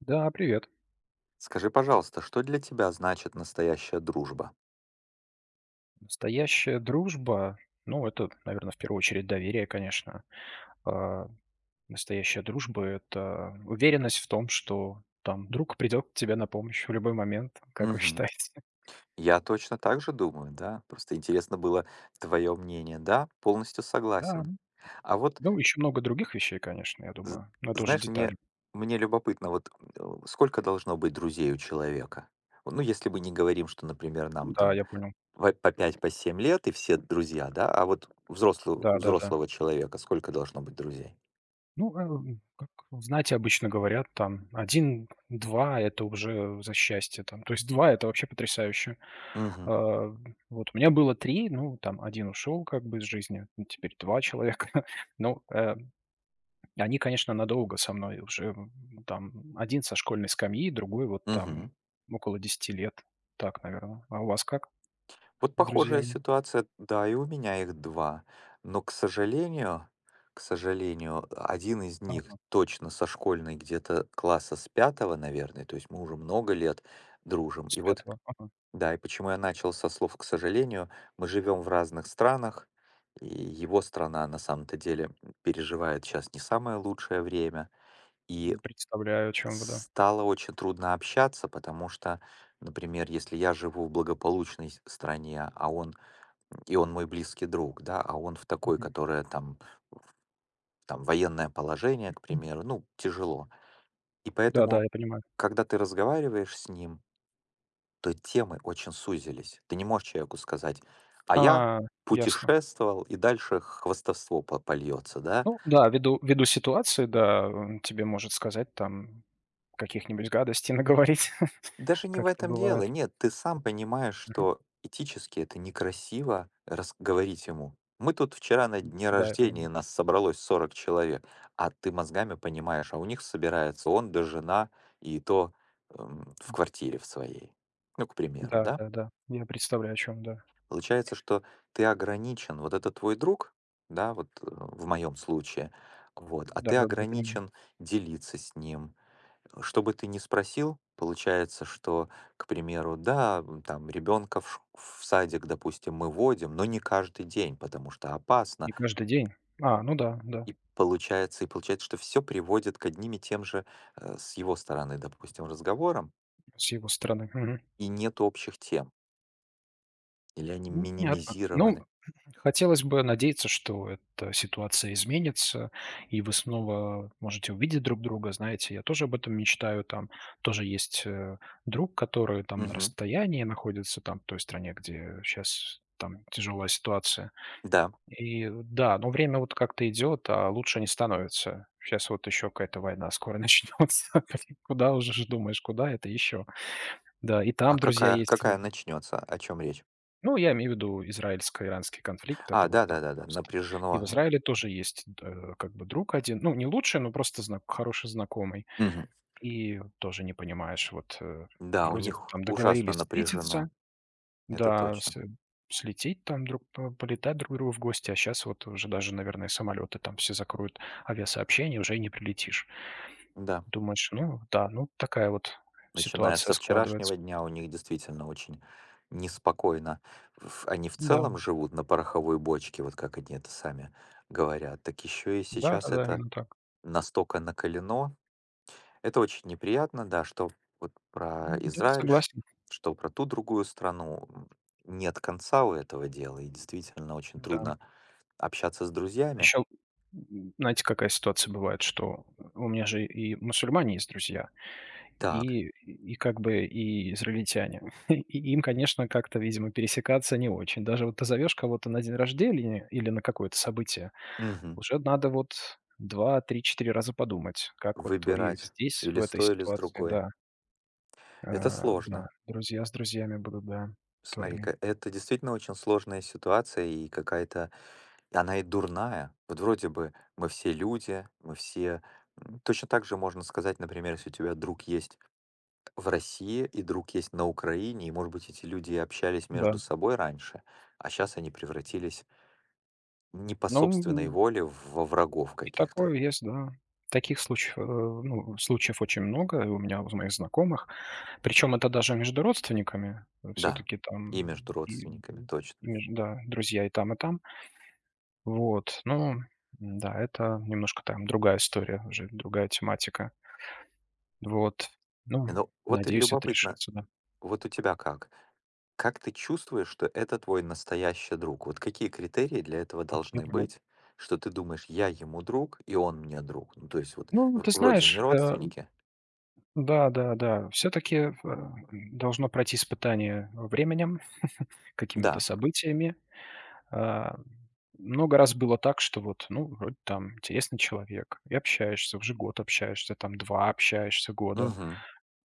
Да, привет. Скажи, пожалуйста, что для тебя значит настоящая дружба? Настоящая дружба, ну, это, наверное, в первую очередь доверие, конечно. А, Настоящая дружба– это уверенность в том, что там друг придет к тебе на помощь в любой момент, как вы Мгм. считаете. Я точно так же думаю, да. Просто интересно было твое мнение. Да, полностью Да, согласен. А вот, ну, еще много других вещей, конечно, я з- думаю, но это уже знаешь, мне, деталь. мне любопытно, вот сколько должно быть друзей у человека? Ну, если мы не говорим, что, например, нам Да, там я понял. По 5-7 лет и все друзья, да, а вот взрослого, у Да-да-да. взрослого человека сколько должно быть друзей? Ну, как, знаете, обычно говорят там один, два, это уже за счастье там. То есть два это вообще потрясающе. А, вот у меня было 3, ну, там один ушел как бы из жизни, ну, теперь 2 человека. Ну, они, конечно, надолго со мной уже, там один со школьной скамьи, другой вот там Угу. около 10 лет. Так, наверное. А у вас как Вот с похожая друзьями? ситуация, да, и у меня их два. Но, к сожалению, один из них Ага, точно со школьной где-то класса с пятого, наверное, то есть мы уже много лет дружим. с И вот, пятого. Ага. да, и почему я начал со слов "к сожалению", мы живем в разных странах, и его страна на самом-то деле переживает сейчас не самое лучшее время, и Представляю, о чем вы, да. стало очень трудно общаться, потому что, например, если я живу в благополучной с стране, а он и он мой близкий друг, да, а он в такой, Мгм. которая там, там военное положение, к примеру, ну, тяжело. И поэтому, Да-да, я понимаю. когда ты разговариваешь с ним, то темы очень сузились. Ты не можешь человеку сказать, а я А, ясно. путешествовал, и дальше хвастовство польется, да. Ну да, ввиду ситуации, да, он тебе может сказать там каких-нибудь гадостей наговорить, Даже не в как это этом дело. бывает. Нет, ты сам понимаешь, Мгм. что этически это некрасиво говорить ему. Мы тут вчера на дне Да, я рождения понимаю. нас собралось 40 человек, а ты мозгами понимаешь, а у них собирается он да жена, и то в квартире в своей. Ну, к примеру, да? Да-да-да, я представляю, о чем, да. Получается, что ты ограничен, вот это твой друг, да, вот в моем случае, вот, а ты Да-да-да, я понимаю. ограничен делиться с ним, что бы ты ни спросил, получается, что, к примеру, да, там ребенка в садик, допустим, мы водим, но не каждый день, потому что опасно. Не каждый день. А, ну да, да, И получается, что все приводит к одним и тем же с его стороны, допустим, разговорам, с его стороны. Мгм. и нет общих тем, или они Ну, понятно. Ну, минимизированы. хотелось бы надеяться, что эта ситуация изменится, и вы снова можете увидеть друг друга. Знаете, я тоже об этом мечтаю. Там тоже есть друг, который там на Мгм. расстоянии находится, там, в той стране, где сейчас там тяжелая ситуация. Да. И да, но время вот как-то идет, а лучше не становится. Сейчас вот еще какая-то война скоро начнется. Куда уже ж думаешь, куда это еще? Да, и А там друзья какая, есть, какая начнется? О чем речь? ну, я имею в виду израильско-иранский конфликт. А, Это вот да, там да, да, да, просто. И напряжено. в Израиле тоже есть, как бы друг один. Ну, не лучший, но просто зна хороший знакомый. Мгм. И тоже не понимаешь, вот, Да, у вроде бы них там ужасно договорились встретиться, напряжено. Это да, точно. Слететь там друг по полетать друг к другу в гости, а сейчас вот уже даже, наверное, самолеты там все закроют, авиасообщение, уже и не прилетишь. Да. Думаешь: «Ну да, ну такая вот Начиная ситуация со складывается». вчерашнего дня у них действительно очень неспокойно. В они в Да, целом живут на пороховой бочке, вот как они это сами говорят, так еще и сейчас да-да-да, это именно так. настолько накалено. Это очень неприятно, да, что вот про Да, Израиль, согласен, что про ту другую страну. Нет конца у этого дела, и действительно очень да. трудно общаться с друзьями. Еще, знаете, какая ситуация бывает, что у меня же и мусульмане есть друзья, Так, и как бы и израильтяне. И им, конечно, как-то, видимо, пересекаться не очень. Даже вот позовешь кого-то на день рождения или на какое-то событие, мгм, уже надо вот 2, 3, 4 раза подумать, как вот твои выбирать здесь, в или с этой той, или с ситуации, другой. да, э, Это да, сложно. друзья с друзьями будут, да, твоими. Смотри-ка, это действительно очень сложная ситуация и какая-то... и она и дурная. Вот вроде бы мы все люди, мы все... М, точно так же можно сказать, например, если у тебя друг есть в России и друг есть на Украине, и, может быть, эти люди и общались да. между собой раньше, а сейчас они превратились не по Ну, собственной воле во врагов и каких-то. такое есть, да. Таких случаев, ну, случаев очень много у меня, у моих знакомых. Причем это даже между родственниками. Да, Все-таки и там между и, родственниками, точно. и да, друзья и там, и там. Вот. Ну, да, это немножко там другая история, уже другая тематика. Вот. Ну, Ну вот и надеюсь, это любопытно, решится, да. вот у тебя как? Как ты чувствуешь, что это твой настоящий друг? Вот какие критерии для этого А, я должны понял. быть, что ты думаешь, я ему друг, и он мне друг? Ну, то есть вот Ну, ты вроде не знаешь, родственники. да, да, да, все-таки должно пройти испытание временем, какими-то Да. событиями. А, много раз было так, что вот, ну, вроде там интересный человек, и общаешься, уже год общаешься, там 2, общаешься года, Мгм.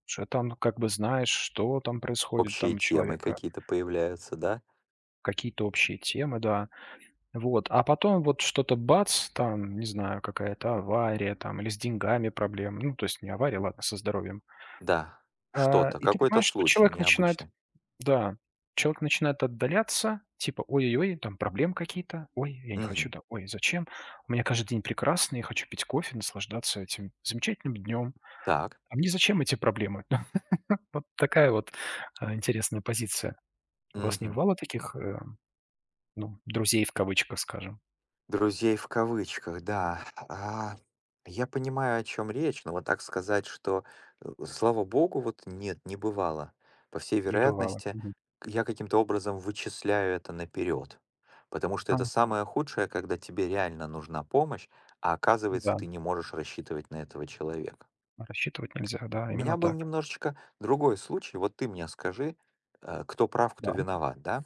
уже там как бы знаешь, что там происходит Общие там у темы человека, какие-то появляются, да? какие-то общие темы, да. Вот, а потом вот что-то бац, там, не знаю, какая-то авария там или с деньгами проблемы, ну, то есть не авария, ладно, со здоровьем. Да. А, Что-то, и ты какой-то понимаешь, что случай человек начинает. необычный. Да, человек начинает отдаляться, типа: «Ой-ой-ой, там проблемы какие-то, ой, я не хочу, Мгм. да, ой, зачем? У меня каждый день прекрасный, я хочу пить кофе, наслаждаться этим замечательным днем. Так. А мне зачем эти проблемы?» Вот такая вот, интересная позиция. У вас не Мгм. бывало таких, ну, «друзей» в кавычках, скажем? Друзей в кавычках, да. А, я понимаю, о чем речь, но вот так сказать, что, слава богу, вот нет, не бывало. По всей Не бывало. вероятности, Мгм. к я каким-то образом вычисляю это наперед, потому что это Ага. самое худшее, когда тебе реально нужна помощь, а оказывается, Да, ты не можешь рассчитывать на этого человека. рассчитывать нельзя. Да, У меня именно был так. немножечко другой случай. Вот ты мне скажи, кто прав, кто Да, виноват, да?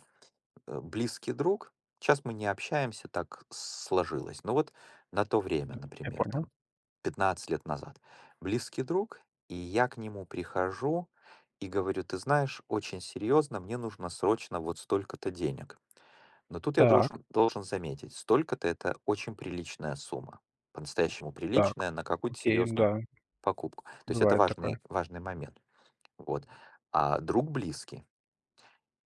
близкий друг. Сейчас мы не общаемся, так сложилось. Но вот на то время, да, я например, понял. там 15 лет назад, близкий друг, и я к нему прихожу и говорю, ты знаешь, очень серьезно, мне нужно срочно вот столько-то денег. Но тут я Так, должен заметить, столько-то это очень приличная сумма, по-настоящему так. приличная на какую-то Окей, серьезную да, покупку. То есть это бывает такое. важный момент. Вот. А друг близкий,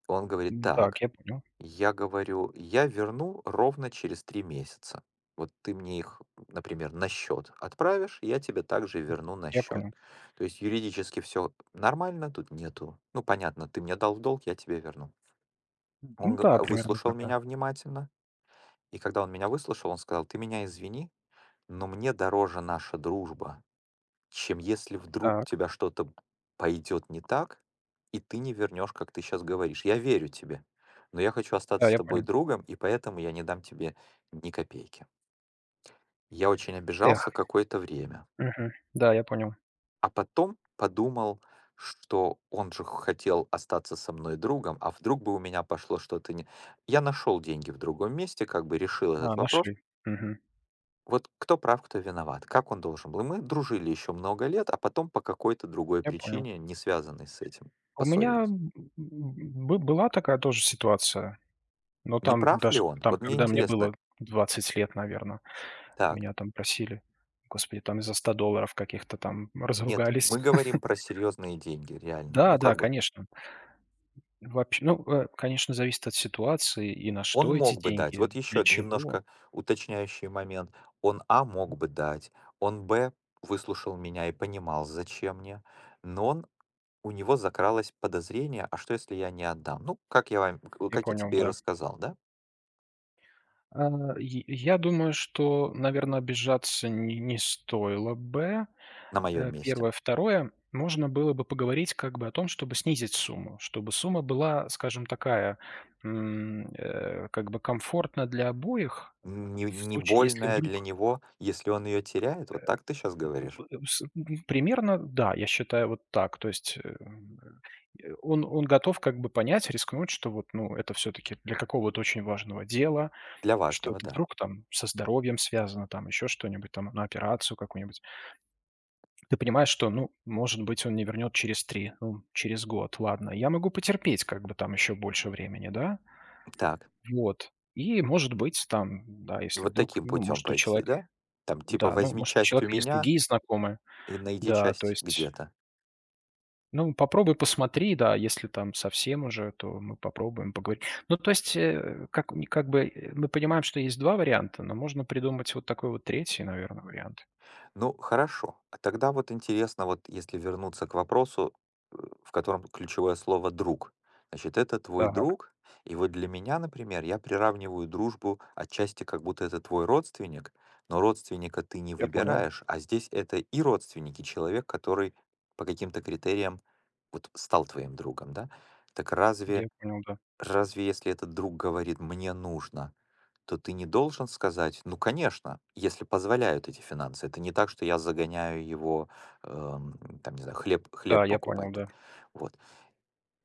он говорит, Так, так, я понял. я говорю, я верну ровно через 3 месяца. Вот ты мне их, например, на счет отправишь, я тебе также Мгм. верну на Я счет. понял. То есть юридически все нормально, тут нету. Ну, понятно, ты мне дал в долг, я тебе верну. Он Ну да, примерно выслушал так, да. меня внимательно, и когда он меня выслушал, он сказал, ты меня извини, но мне дороже наша дружба, чем если вдруг у Так, тебя что-то пойдет не так, и ты не вернешь, как ты сейчас говоришь. Я верю тебе, но я хочу остаться да, с я тобой понял. другом, и поэтому я не дам тебе ни копейки. Я очень Эх, обижался какое-то время, мгм. Да, я понял. а потом подумал, что он же хотел остаться со мной другом, а вдруг бы у меня пошло что-то не... Я нашел деньги в другом месте, как бы решил этот А, вопрос. нашли. Мгм. Вот кто прав, кто виноват? Как он должен был? И мы дружили еще много лет, а потом по какой-то другой Я понял. причине, не связанной с этим, У меня, поссорились. Бы была такая тоже ситуация, но Не там прав ли даже он? там, Вот мне когда мне интересно. было 20 лет, наверное, Так, меня там просили, господи, там из-за 100 долларов каких-то там нет, разругались. мы говорим про серьезные деньги, реально. Ну, Да, да, как бы, конечно. Вообще, ну, конечно, зависит от ситуации и на он что эти мог бы дать. деньги, Вот для еще чего. немножко уточняющий момент. Он, а, мог бы дать. Он, б, выслушал меня и понимал, зачем мне. Но он У него закралось подозрение, а что если я не отдам? Ну, как я вам, Я как я понял, тебе и да. рассказал, да, А, и я думаю, что, наверное, обижаться не стоило бы. на моем месте. 1. 2. Можно было бы поговорить как бы о том, чтобы снизить сумму, чтобы сумма была, скажем, такая, как бы комфортна для обоих Не в не случае, если больная для вдруг него, если он ее теряет? Вот так ты сейчас э, говоришь? э, с м, примерно, да, я считаю, вот так. То есть, он готов как бы понять, рискнуть, что вот, ну, это все таки для какого-то очень важного дела. Для Что важного, это да. вдруг там со здоровьем связано, там еще что-нибудь, там на операцию какую-нибудь. Ты понимаешь, что, ну, может быть, он не вернет через 3 ну, через год, ладно. Я могу потерпеть как бы там еще больше времени, да. Так, Вот. И, может быть, там, да, если вот вдруг, таким ну, путем может, у пойти, человека, да? Там типа да, ну, возьми может, у часть у человека есть меня другие знакомые, и найди да, то часть есть, где-то. ну, попробуй, посмотри, да, если там совсем уже, то мы попробуем поговорить. Ну, то есть, как бы мы понимаем, что есть 2 варианта, но можно придумать вот такой вот третий, наверное, вариант. Ну, хорошо. А тогда вот интересно, вот если вернуться к вопросу, э, в котором ключевое слово «друг». Значит, это твой Так, друг, и вот для меня, например, я приравниваю дружбу отчасти как будто это твой родственник, но родственника ты не я понял. выбираешь, а здесь это и родственник, и человек, который по каким-то критериям вот стал твоим другом, да? Так разве, Я понял, да. разве если этот друг говорит «мне нужно», то ты не должен сказать: "Ну, конечно, если позволяют эти финансы". Это не так, что я загоняю его, там, не знаю, хлеб Да, я покупать понял, да. только. Вот.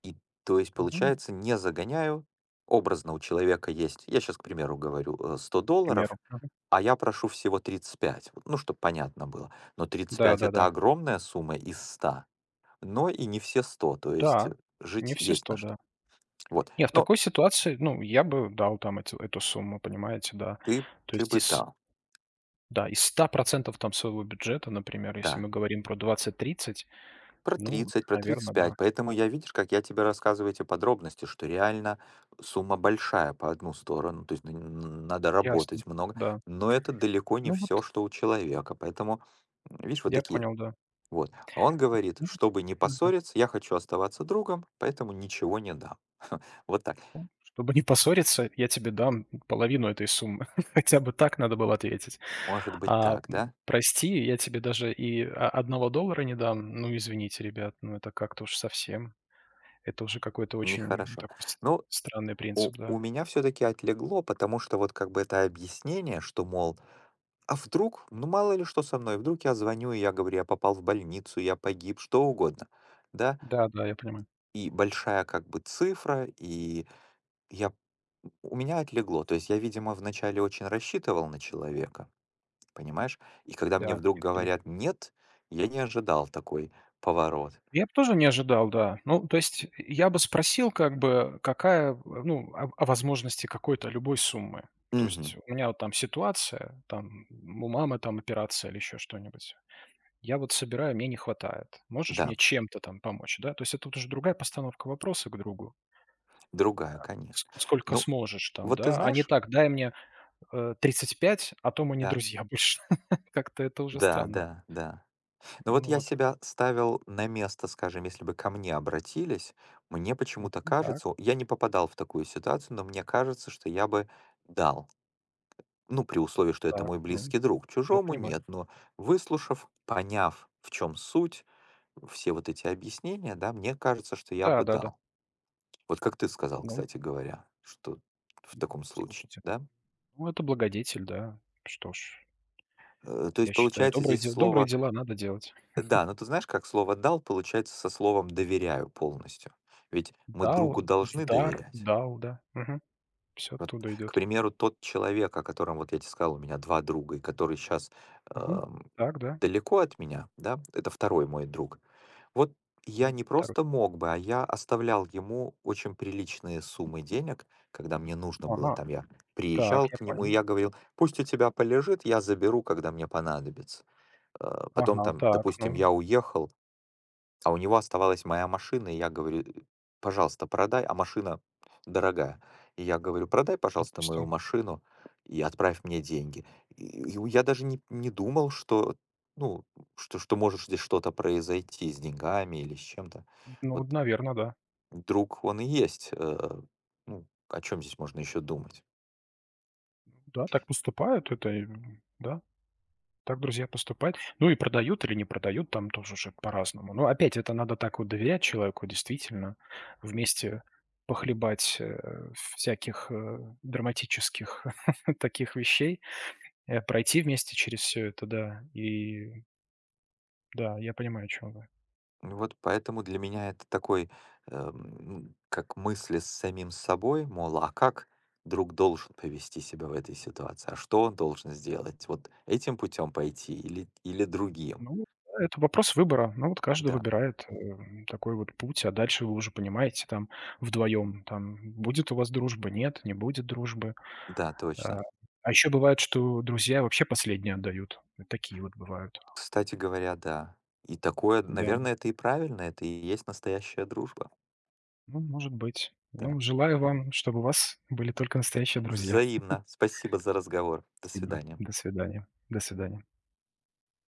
И то есть, Ну, получается, не загоняю. Образно у человека есть, я сейчас, к примеру, говорю, 100 к долларов, примеру. Мгм. а я прошу всего 35. Вот, ну, чтобы понятно было. Но 35 Да-да-да. Да, это да. огромная сумма из 100, но и не все 100, то есть, Да, не жить все есть на 100, что. да. Вот. Не, в Но такой ситуации, ну, я бы дал там эти эту сумму, понимаете, да. ты То ты есть бы дал. Из 100 процентов там своего бюджета, например, если Да. мы говорим про 20-30, ну, Про тридцать наверное, да. пять. Поэтому я, видишь, как я тебе рассказываю эти подробности, что реально сумма большая по одну сторону, то есть надо Ясно. работать много, Да. но это далеко не Ну вот, все, что у человека. Поэтому, видишь, вот я такие. понял, да. Вот. А он говорит, чтобы не Мгм. поссориться, я хочу оставаться другом, поэтому ничего не дам. Вот так. Чтобы не поссориться, я тебе дам половину этой суммы. Хотя бы так надо было ответить. Может быть А, так, да? прости, я тебе даже и о 1 доллара не дам. Ну, извините, ребят, ну это как-то уж совсем. Это уже какой-то очень Нехорошо. такой с Но странный у, принцип, у да. меня все-таки отлегло, потому что вот как бы это объяснение, что, мол, а вдруг, ну мало ли что со мной, вдруг я звоню, и я говорю, я попал в больницу, я погиб, что угодно, да, Да-да, я понимаю. и большая как бы цифра, и я, у меня отлегло, то есть я, видимо, вначале очень рассчитывал на человека, понимаешь, и когда мне Да, вдруг я понимаю. говорят «нет», я не ожидал такой поворот. Я б тоже не ожидал, да. Ну, то есть я бы спросил как бы, какая, ну, о возможности какой-то любой суммы. То Мгм. есть у меня вот там ситуация, там у мамы там операция или еще что-нибудь. Я вот собираю, мне не хватает. Можешь Да, мне чем-то там помочь, да? То есть это вот уже другая постановка вопроса к другу. другая, конечно. Сколько Ну, сможешь там, вот ты да? А не знаешь, так, дай мне 35, а то мы не да, друзья больше. Как-то это уже да, странно. да, да. Ну вот Ну я вот. себя ставил на место, скажем, если бы ко мне обратились, мне почему-то Ну так, кажется, о, я не попадал в такую ситуацию, но мне кажется, что я бы дал. Ну, при условии, что это так, мой ну, близкий друг. я Чужому понимаю. нет, но выслушав, поняв, в чем суть, все вот эти объяснения, да, мне кажется, что я Да, бы да, да. дал. Вот как ты сказал, Ну, кстати говоря, что в таком случае, слушайте, да? ну это благодетель, да. Что ж, то я есть, считаю, получается, добрые, здесь добрые слово. дела надо делать. Да, но ты знаешь, как слово "дал" получается со словом "доверяю" полностью. Ведь мы другу Дал, в должны дар, доверять. дал, да. Все Вот, оттуда к идет. примеру, тот человек, о котором вот я тебе сказал, у меня 2 друга, и который сейчас Мгм. Так, да. далеко от меня, да, это второй мой друг. Вот я не Мгм. Второй. просто мог бы, а я оставлял ему очень приличные суммы денег, когда мне нужно было. Ага, Там я приезжал так, я к нему, и понял. я говорил: "Пусть у тебя полежит, я заберу, когда мне понадобится". Потом Ага, там, так, ну, допустим, я уехал, а у него оставалась моя машина, и я говорю: "Пожалуйста, продай". А машина дорогая. И я говорю: "Продай, пожалуйста, мою допустим. машину и отправь мне деньги". И у я даже не думал, что, ну, что может здесь что-то произойти с деньгами или с чем-то. Ну, Вот наверное, да. друг он и есть, ну, о чем здесь можно еще думать? Да, так поступают, это, и, да, так друзья поступают. Ну и продают или не продают, там тоже уже по-разному. Но опять это надо так вот доверять человеку, действительно, вместе похлебать, всяких, драматических таких вещей, пройти вместе через все это, да. И да, я понимаю, о чём вы. Ну вот поэтому для меня это такой, как мысли с самим собой, мол, а как друг должен повести себя в этой ситуации, а что он должен сделать? Вот этим путем пойти или, или другим? Ну, это вопрос выбора. Ну, вот каждый Да, выбирает, такой вот путь, а дальше вы уже понимаете там вдвоем, там будет у вас дружба, нет, не будет дружбы. да, точно. А, а еще бывает, что друзья вообще последние отдают. И такие вот бывают. Кстати говоря, да. И такое, Да, наверное, это и правильно, это и есть настоящая дружба. ну, может быть. Да. Ну, желаю вам, чтобы у вас были только настоящие друзья. Взаимно. Спасибо за разговор. До Спасибо. свидания. До свидания. До свидания.